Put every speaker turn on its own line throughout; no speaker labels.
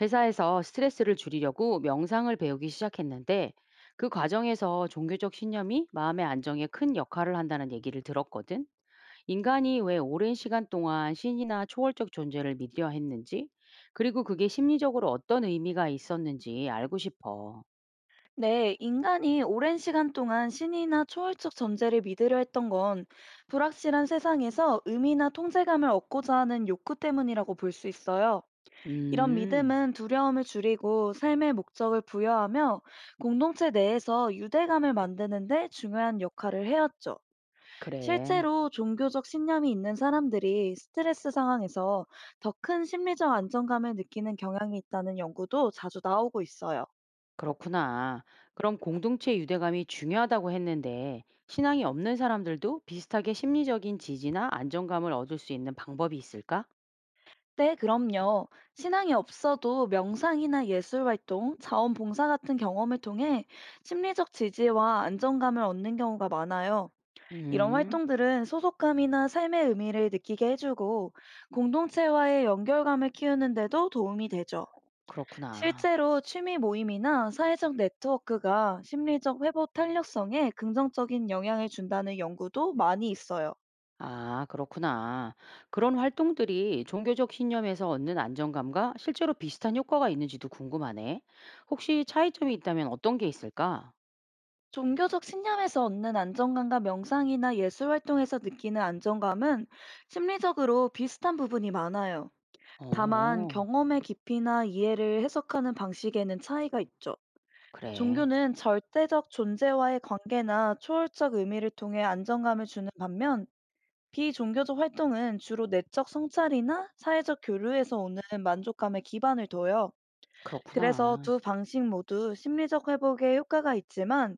회사에서 스트레스를 줄이려고 명상을 배우기 시작했는데 그 과정에서 종교적 신념이 마음의 안정에 큰 역할을 한다는 얘기를 들었거든. 인간이 왜 오랜 시간 동안 신이나 초월적 존재를 믿려 했는지, 그리고 그게 심리적으로 어떤 의미가 있었는지 알고 싶어.
네, 인간이 오랜 시간 동안 신이나 초월적 존재를 믿으려 했던 건 불확실한 세상에서 의미나 통제감을 얻고자 하는 욕구 때문이라고 볼 수 있어요. 이런
음,
믿음은 두려움을 줄이고 삶의 목적을 부여하며 공동체 내에서 유대감을 만드는데 중요한 역할을 해왔죠.
그래.
실제로 종교적 신념이 있는 사람들이 스트레스 상황에서 더 큰 심리적 안정감을 느끼는 경향이 있다는 연구도 자주 나오고 있어요.
그렇구나. 그럼 공동체 유대감이 중요하다고 했는데, 신앙이 없는 사람들도 비슷하게 심리적인 지지나 안정감을 얻을 수 있는 방법이 있을까?
네, 그럼요. 신앙이 없어도 명상이나 예술 활동, 자원봉사 같은 경험을 통해 심리적 지지와 안정감을 얻는 경우가 많아요. 이런
음,
활동들은 소속감이나 삶의 의미를 느끼게 해주고 공동체와의 연결감을 키우는데도 도움이 되죠.
그렇구나.
실제로 취미 모임이나 사회적 네트워크가 심리적 회복 탄력성에 긍정적인 영향을 준다는 연구도 많이 있어요.
아, 그렇구나. 그런 활동들이 종교적 신념에서 얻는 안정감과 실제로 비슷한 효과가 있는지도 궁금하네. 혹시 차이점이 있다면 어떤 게 있을까?
종교적 신념에서 얻는 안정감과 명상이나 예술 활동에서 느끼는 안정감은 심리적으로 비슷한 부분이 많아요. 다만
어,
경험의 깊이나 이해를 해석하는 방식에는 차이가 있죠.
그래.
종교는 절대적 존재와의 관계나 초월적 의미를 통해 안정감을 주는 반면 비종교적 활동은 주로 내적 성찰이나 사회적 교류에서 오는 만족감에 기반을 둬요. 그래서
그렇구나.
두 방식 모두 심리적 회복에 효과가 있지만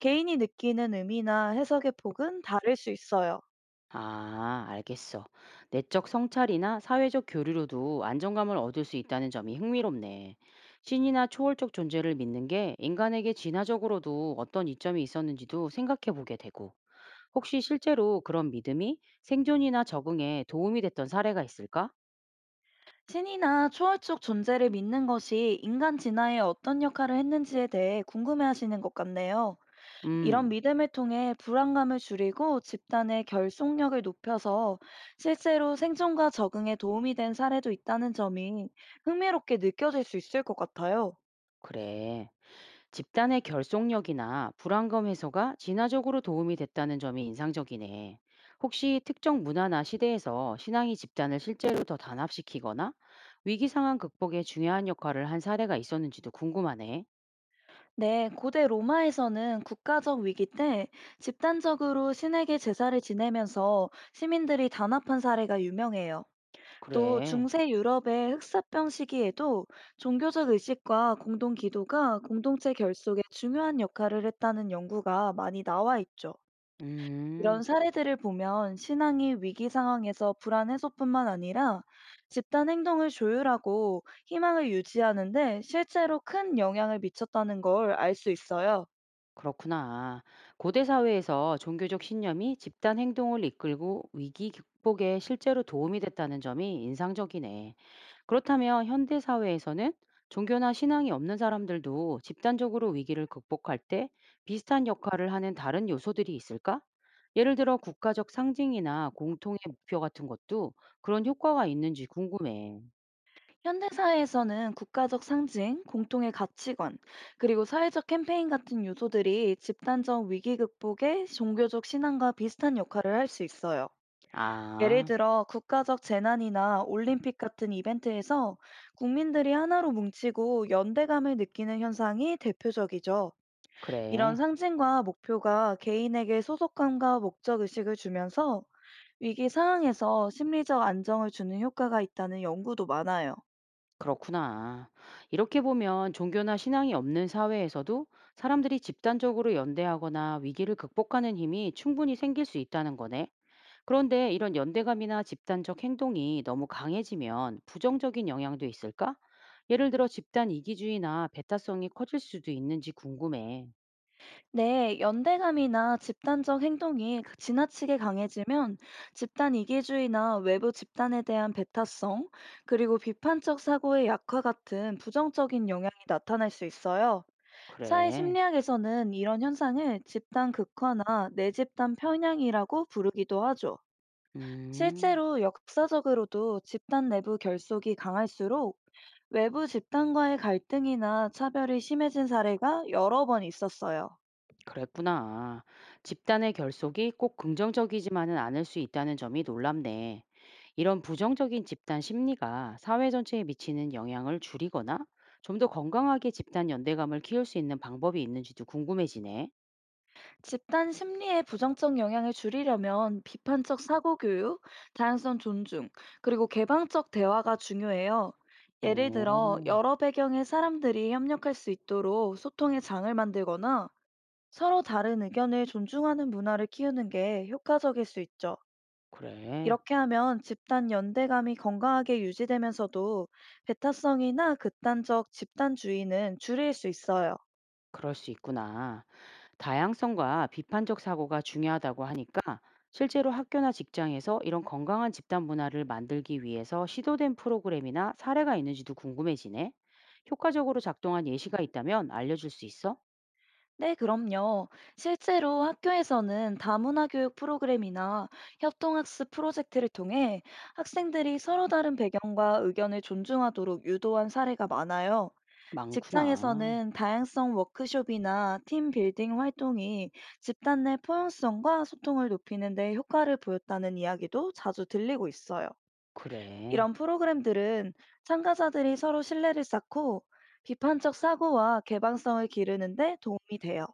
개인이 느끼는 의미나 해석의 폭은 다를 수 있어요.
아, 알겠어. 내적 성찰이나 사회적 교류로도 안정감을 얻을 수 있다는 점이 흥미롭네. 신이나 초월적 존재를 믿는 게 인간에게 진화적으로도 어떤 이점이 있었는지도 생각해 보게 되고. 혹시 실제로 그런 믿음이 생존이나 적응에 도움이 됐던 사례가 있을까?
신이나 초월적 존재를 믿는 것이 인간 진화에 어떤 역할을 했는지에 대해 궁금해 하시는 것 같네요. 이런
음,
믿음을 통해 불안감을 줄이고 집단의 결속력을 높여서 실제로 생존과 적응에 도움이 된 사례도 있다는 점이 흥미롭게 느껴질 수 있을 것 같아요.
그래. 집단의 결속력이나 불안감 해소가 진화적으로 도움이 됐다는 점이 인상적이네. 혹시 특정 문화나 시대에서 신앙이 집단을 실제로 더 단합시키거나 위기 상황 극복에 중요한 역할을 한 사례가 있었는지도 궁금하네.
네, 고대 로마에서는 국가적 위기 때 집단적으로 신에게 제사를 지내면서 시민들이 단합한 사례가 유명해요. 또
그래.
중세 유럽의 흑사병 시기에도 종교적 의식과 공동 기도가 공동체 결속에 중요한 역할을 했다는 연구가 많이 나와 있죠.
음.
이런 사례들을 보면 신앙이 위기 상황에서 불안 해소뿐만 아니라 집단 행동을 조율하고 희망을 유지하는데 실제로 큰 영향을 미쳤다는 걸 알 수 있어요.
그렇구나. 고대 사회에서 종교적 신념이 집단 행동을 이끌고 위기 극복에 실제로 도움이 됐다는 점이 인상적이네. 그렇다면 현대 사회에서는 종교나 신앙이 없는 사람들도 집단적으로 위기를 극복할 때 비슷한 역할을 하는 다른 요소들이 있을까? 예를 들어 국가적 상징이나 공통의 목표 같은 것도 그런 효과가 있는지 궁금해.
현대사회에서는 국가적 상징, 공통의 가치관, 그리고 사회적 캠페인 같은 요소들이 집단적 위기 극복에 종교적 신앙과 비슷한 역할을 할 수 있어요. 예를
아,
들어 국가적 재난이나 올림픽 같은 이벤트에서 국민들이 하나로 뭉치고 연대감을 느끼는 현상이 대표적이죠. 이런
그래.
상징과 목표가 개인에게 소속감과 목적의식을 주면서 위기 상황에서 심리적 안정을 주는 효과가 있다는 연구도 많아요.
그렇구나. 이렇게 보면 종교나 신앙이 없는 사회에서도 사람들이 집단적으로 연대하거나 위기를 극복하는 힘이 충분히 생길 수 있다는 거네. 그런데 이런 연대감이나 집단적 행동이 너무 강해지면 부정적인 영향도 있을까? 예를 들어 집단 이기주의나 배타성이 커질 수도 있는지 궁금해.
네, 연대감이나 집단적 행동이 지나치게 강해지면 집단 이기주의나 외부 집단에 대한 배타성, 그리고 비판적 사고의 약화 같은 부정적인 영향이 나타날 수 있어요. 사회
그래.
심리학에서는 이런 현상을 집단 극화나 내 집단 편향이라고 부르기도 하죠.
음.
실제로 역사적으로도 집단 내부 결속이 강할수록 외부 집단과의 갈등이나 차별이 심해진 사례가 여러 번 있었어요.
그랬구나. 집단의 결속이 꼭 긍정적이지만은 않을 수 있다는 점이 놀랍네. 이런 부정적인 집단 심리가 사회 전체에 미치는 영향을 줄이거나 좀 더 건강하게 집단 연대감을 키울 수 있는 방법이 있는지도 궁금해지네.
집단 심리의 부정적 영향을 줄이려면 비판적 사고 교육, 다양성 존중, 그리고 개방적 대화가 중요해요. 예를 들어,
어,
여러 배경의 사람들이 협력할 수 있도록 소통의 장을 만들거나 서로 다른 의견을 존중하는 문화를 키우는 게 효과적일 수 있죠.
그래.
이렇게 하면 집단 연대감이 건강하게 유지되면서도 배타성이나 극단적 집단주의는 줄일 수 있어요.
그럴 수 있구나. 다양성과 비판적 사고가 중요하다고 하니까 실제로 학교나 직장에서 이런 건강한 집단 문화를 만들기 위해서 시도된 프로그램이나 사례가 있는지도 궁금해지네. 효과적으로 작동한 예시가 있다면 알려줄 수 있어?
네, 그럼요. 실제로 학교에서는 다문화 교육 프로그램이나 협동학습 프로젝트를 통해 학생들이 서로 다른 배경과 의견을 존중하도록 유도한 사례가 많아요.
많구나.
직장에서는 다양성 워크숍이나 팀 빌딩 활동이 집단 내 포용성과 소통을 높이는 데 효과를 보였다는 이야기도 자주 들리고 있어요.
그래.
이런 프로그램들은 참가자들이 서로 신뢰를 쌓고 비판적 사고와 개방성을 기르는 데 도움이 돼요.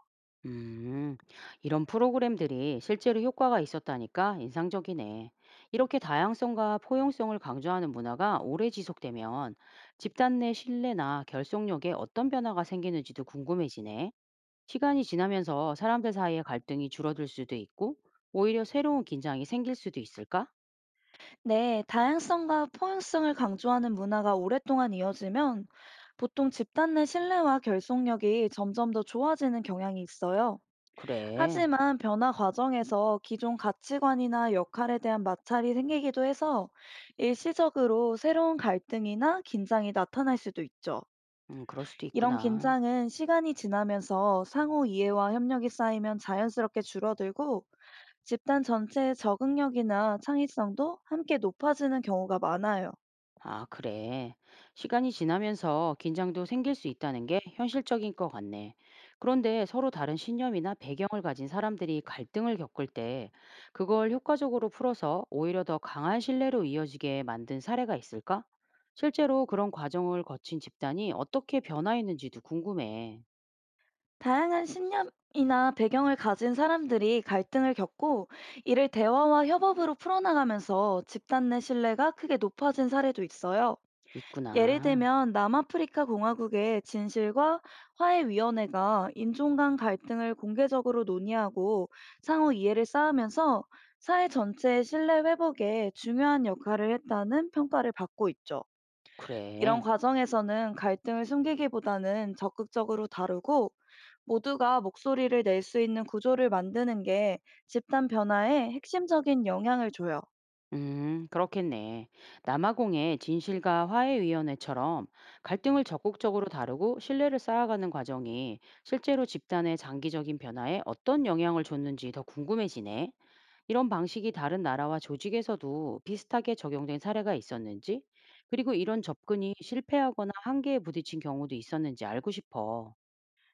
음, 이런 프로그램들이 실제로 효과가 있었다니까 인상적이네. 이렇게 다양성과 포용성을 강조하는 문화가 오래 지속되면 집단 내 신뢰나 결속력에 어떤 변화가 생기는지도 궁금해지네. 시간이 지나면서 사람들 사이의 갈등이 줄어들 수도 있고, 오히려 새로운 긴장이 생길 수도 있을까?
네, 다양성과 포용성을 강조하는 문화가 오랫동안 이어지면 보통 집단 내 신뢰와 결속력이 점점 더 좋아지는 경향이 있어요.
그래.
하지만 변화 과정에서 기존 가치관이나 역할에 대한 마찰이 생기기도 해서 일시적으로 새로운 갈등이나 긴장이 나타날 수도 있죠.
그럴 수도
이런
있구나.
긴장은 시간이 지나면서 상호 이해와 협력이 쌓이면 자연스럽게 줄어들고 집단 전체의 적응력이나 창의성도 함께 높아지는 경우가 많아요.
아, 그래. 시간이 지나면서 긴장도 생길 수 있다는 게 현실적인 것 같네. 그런데 서로 다른 신념이나 배경을 가진 사람들이 갈등을 겪을 때, 그걸 효과적으로 풀어서 오히려 더 강한 신뢰로 이어지게 만든 사례가 있을까? 실제로 그런 과정을 거친 집단이 어떻게 변화했는지도 궁금해.
다양한 신념이나 배경을 가진 사람들이 갈등을 겪고 이를 대화와 협업으로 풀어나가면서 집단 내 신뢰가 크게 높아진 사례도 있어요. 예를
있구나.
들면 남아프리카 공화국의 진실과 화해위원회가 인종 간 갈등을 공개적으로 논의하고 상호 이해를 쌓으면서 사회 전체의 신뢰 회복에 중요한 역할을 했다는 평가를 받고 있죠. 이런
그래.
과정에서는 갈등을 숨기기보다는 적극적으로 다루고 모두가 목소리를 낼 수 있는 구조를 만드는 게 집단 변화에 핵심적인 영향을 줘요.
그렇겠네. 남아공의 진실과 화해위원회처럼 갈등을 적극적으로 다루고 신뢰를 쌓아가는 과정이 실제로 집단의 장기적인 변화에 어떤 영향을 줬는지 더 궁금해지네. 이런 방식이 다른 나라와 조직에서도 비슷하게 적용된 사례가 있었는지, 그리고 이런 접근이 실패하거나 한계에 부딪힌 경우도 있었는지 알고 싶어.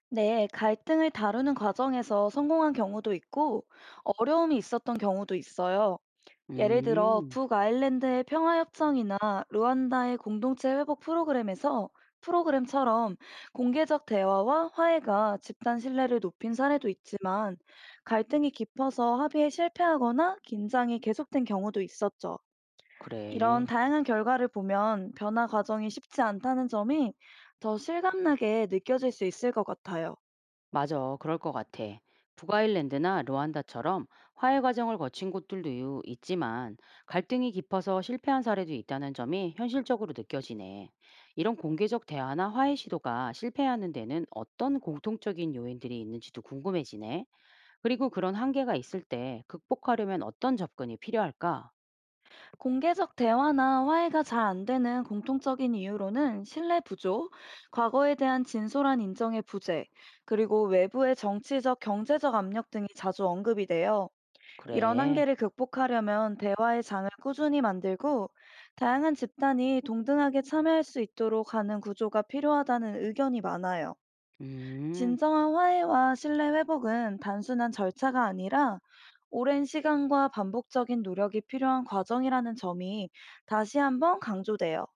네, 갈등을 다루는 과정에서 성공한 경우도 있고 어려움이 있었던 경우도 있어요. 예를 들어
음,
북아일랜드의 평화협정이나 루안다의 공동체 회복 프로그램에서 프로그램처럼 공개적 대화와 화해가 집단 신뢰를 높인 사례도 있지만 갈등이 깊어서 합의에 실패하거나 긴장이 계속된 경우도 있었죠. 이런
그래.
다양한 결과를 보면 변화 과정이 쉽지 않다는 점이 더 실감나게 느껴질 수 있을 것 같아요.
맞아, 그럴 것 같아. 북아일랜드나 르완다처럼 화해 과정을 거친 곳들도 있지만 갈등이 깊어서 실패한 사례도 있다는 점이 현실적으로 느껴지네. 이런 공개적 대화나 화해 시도가 실패하는 데는 어떤 공통적인 요인들이 있는지도 궁금해지네. 그리고 그런 한계가 있을 때 극복하려면 어떤 접근이 필요할까?
공개적 대화나 화해가 잘 안 되는 공통적인 이유로는 신뢰 부족, 과거에 대한 진솔한 인정의 부재, 그리고 외부의 정치적, 경제적 압력 등이 자주 언급이 돼요. 이런
그래.
한계를 극복하려면 대화의 장을 꾸준히 만들고 다양한 집단이 동등하게 참여할 수 있도록 하는 구조가 필요하다는 의견이 많아요.
음.
진정한 화해와 신뢰 회복은 단순한 절차가 아니라 오랜 시간과 반복적인 노력이 필요한 과정이라는 점이 다시 한번 강조돼요.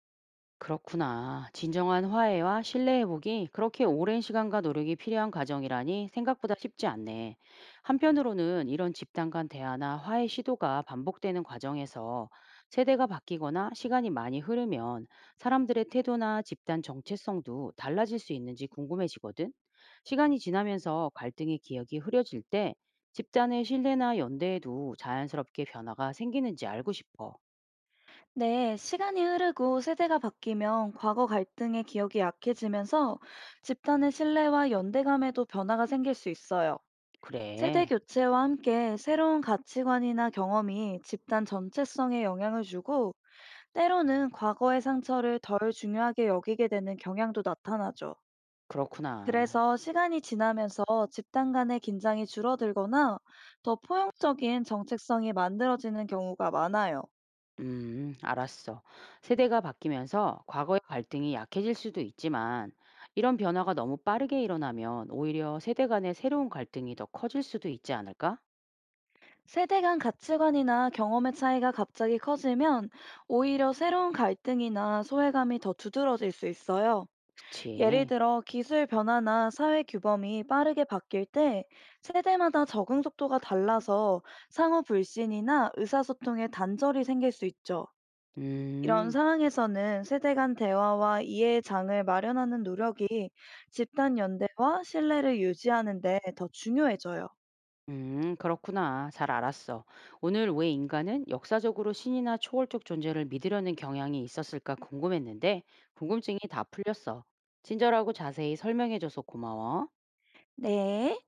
그렇구나. 진정한 화해와 신뢰 회복이 그렇게 오랜 시간과 노력이 필요한 과정이라니 생각보다 쉽지 않네. 한편으로는 이런 집단 간 대화나 화해 시도가 반복되는 과정에서 세대가 바뀌거나 시간이 많이 흐르면 사람들의 태도나 집단 정체성도 달라질 수 있는지 궁금해지거든. 시간이 지나면서 갈등의 기억이 흐려질 때 집단의 신뢰나 연대에도 자연스럽게 변화가 생기는지 알고 싶어.
네, 시간이 흐르고 세대가 바뀌면 과거 갈등의 기억이 약해지면서 집단의 신뢰와 연대감에도 변화가 생길 수 있어요. 세대
그래.
교체와 함께 새로운 가치관이나 경험이 집단 전체성에 영향을 주고 때로는 과거의 상처를 덜 중요하게 여기게 되는 경향도 나타나죠.
그렇구나.
그래서 시간이 지나면서 집단 간의 긴장이 줄어들거나 더 포용적인 정책성이 만들어지는 경우가 많아요.
알았어. 세대가 바뀌면서 과거의 갈등이 약해질 수도 있지만, 이런 변화가 너무 빠르게 일어나면 오히려 세대 간의 새로운 갈등이 더 커질 수도 있지 않을까?
세대 간 가치관이나 경험의 차이가 갑자기 커지면 오히려 새로운 갈등이나 소외감이 더 두드러질 수 있어요. 예를
그치.
들어 기술 변화나 사회 규범이 빠르게 바뀔 때 세대마다 적응 속도가 달라서 상호 불신이나 의사소통에 단절이 생길 수 있죠. 이런
음,
상황에서는 세대 간 대화와 이해의 장을 마련하는 노력이 집단 연대와 신뢰를 유지하는 데 더 중요해져요.
그렇구나. 잘 알았어. 오늘 왜 인간은 역사적으로 신이나 초월적 존재를 믿으려는 경향이 있었을까 궁금했는데, 궁금증이 다 풀렸어. 친절하고 자세히 설명해줘서 고마워.
네.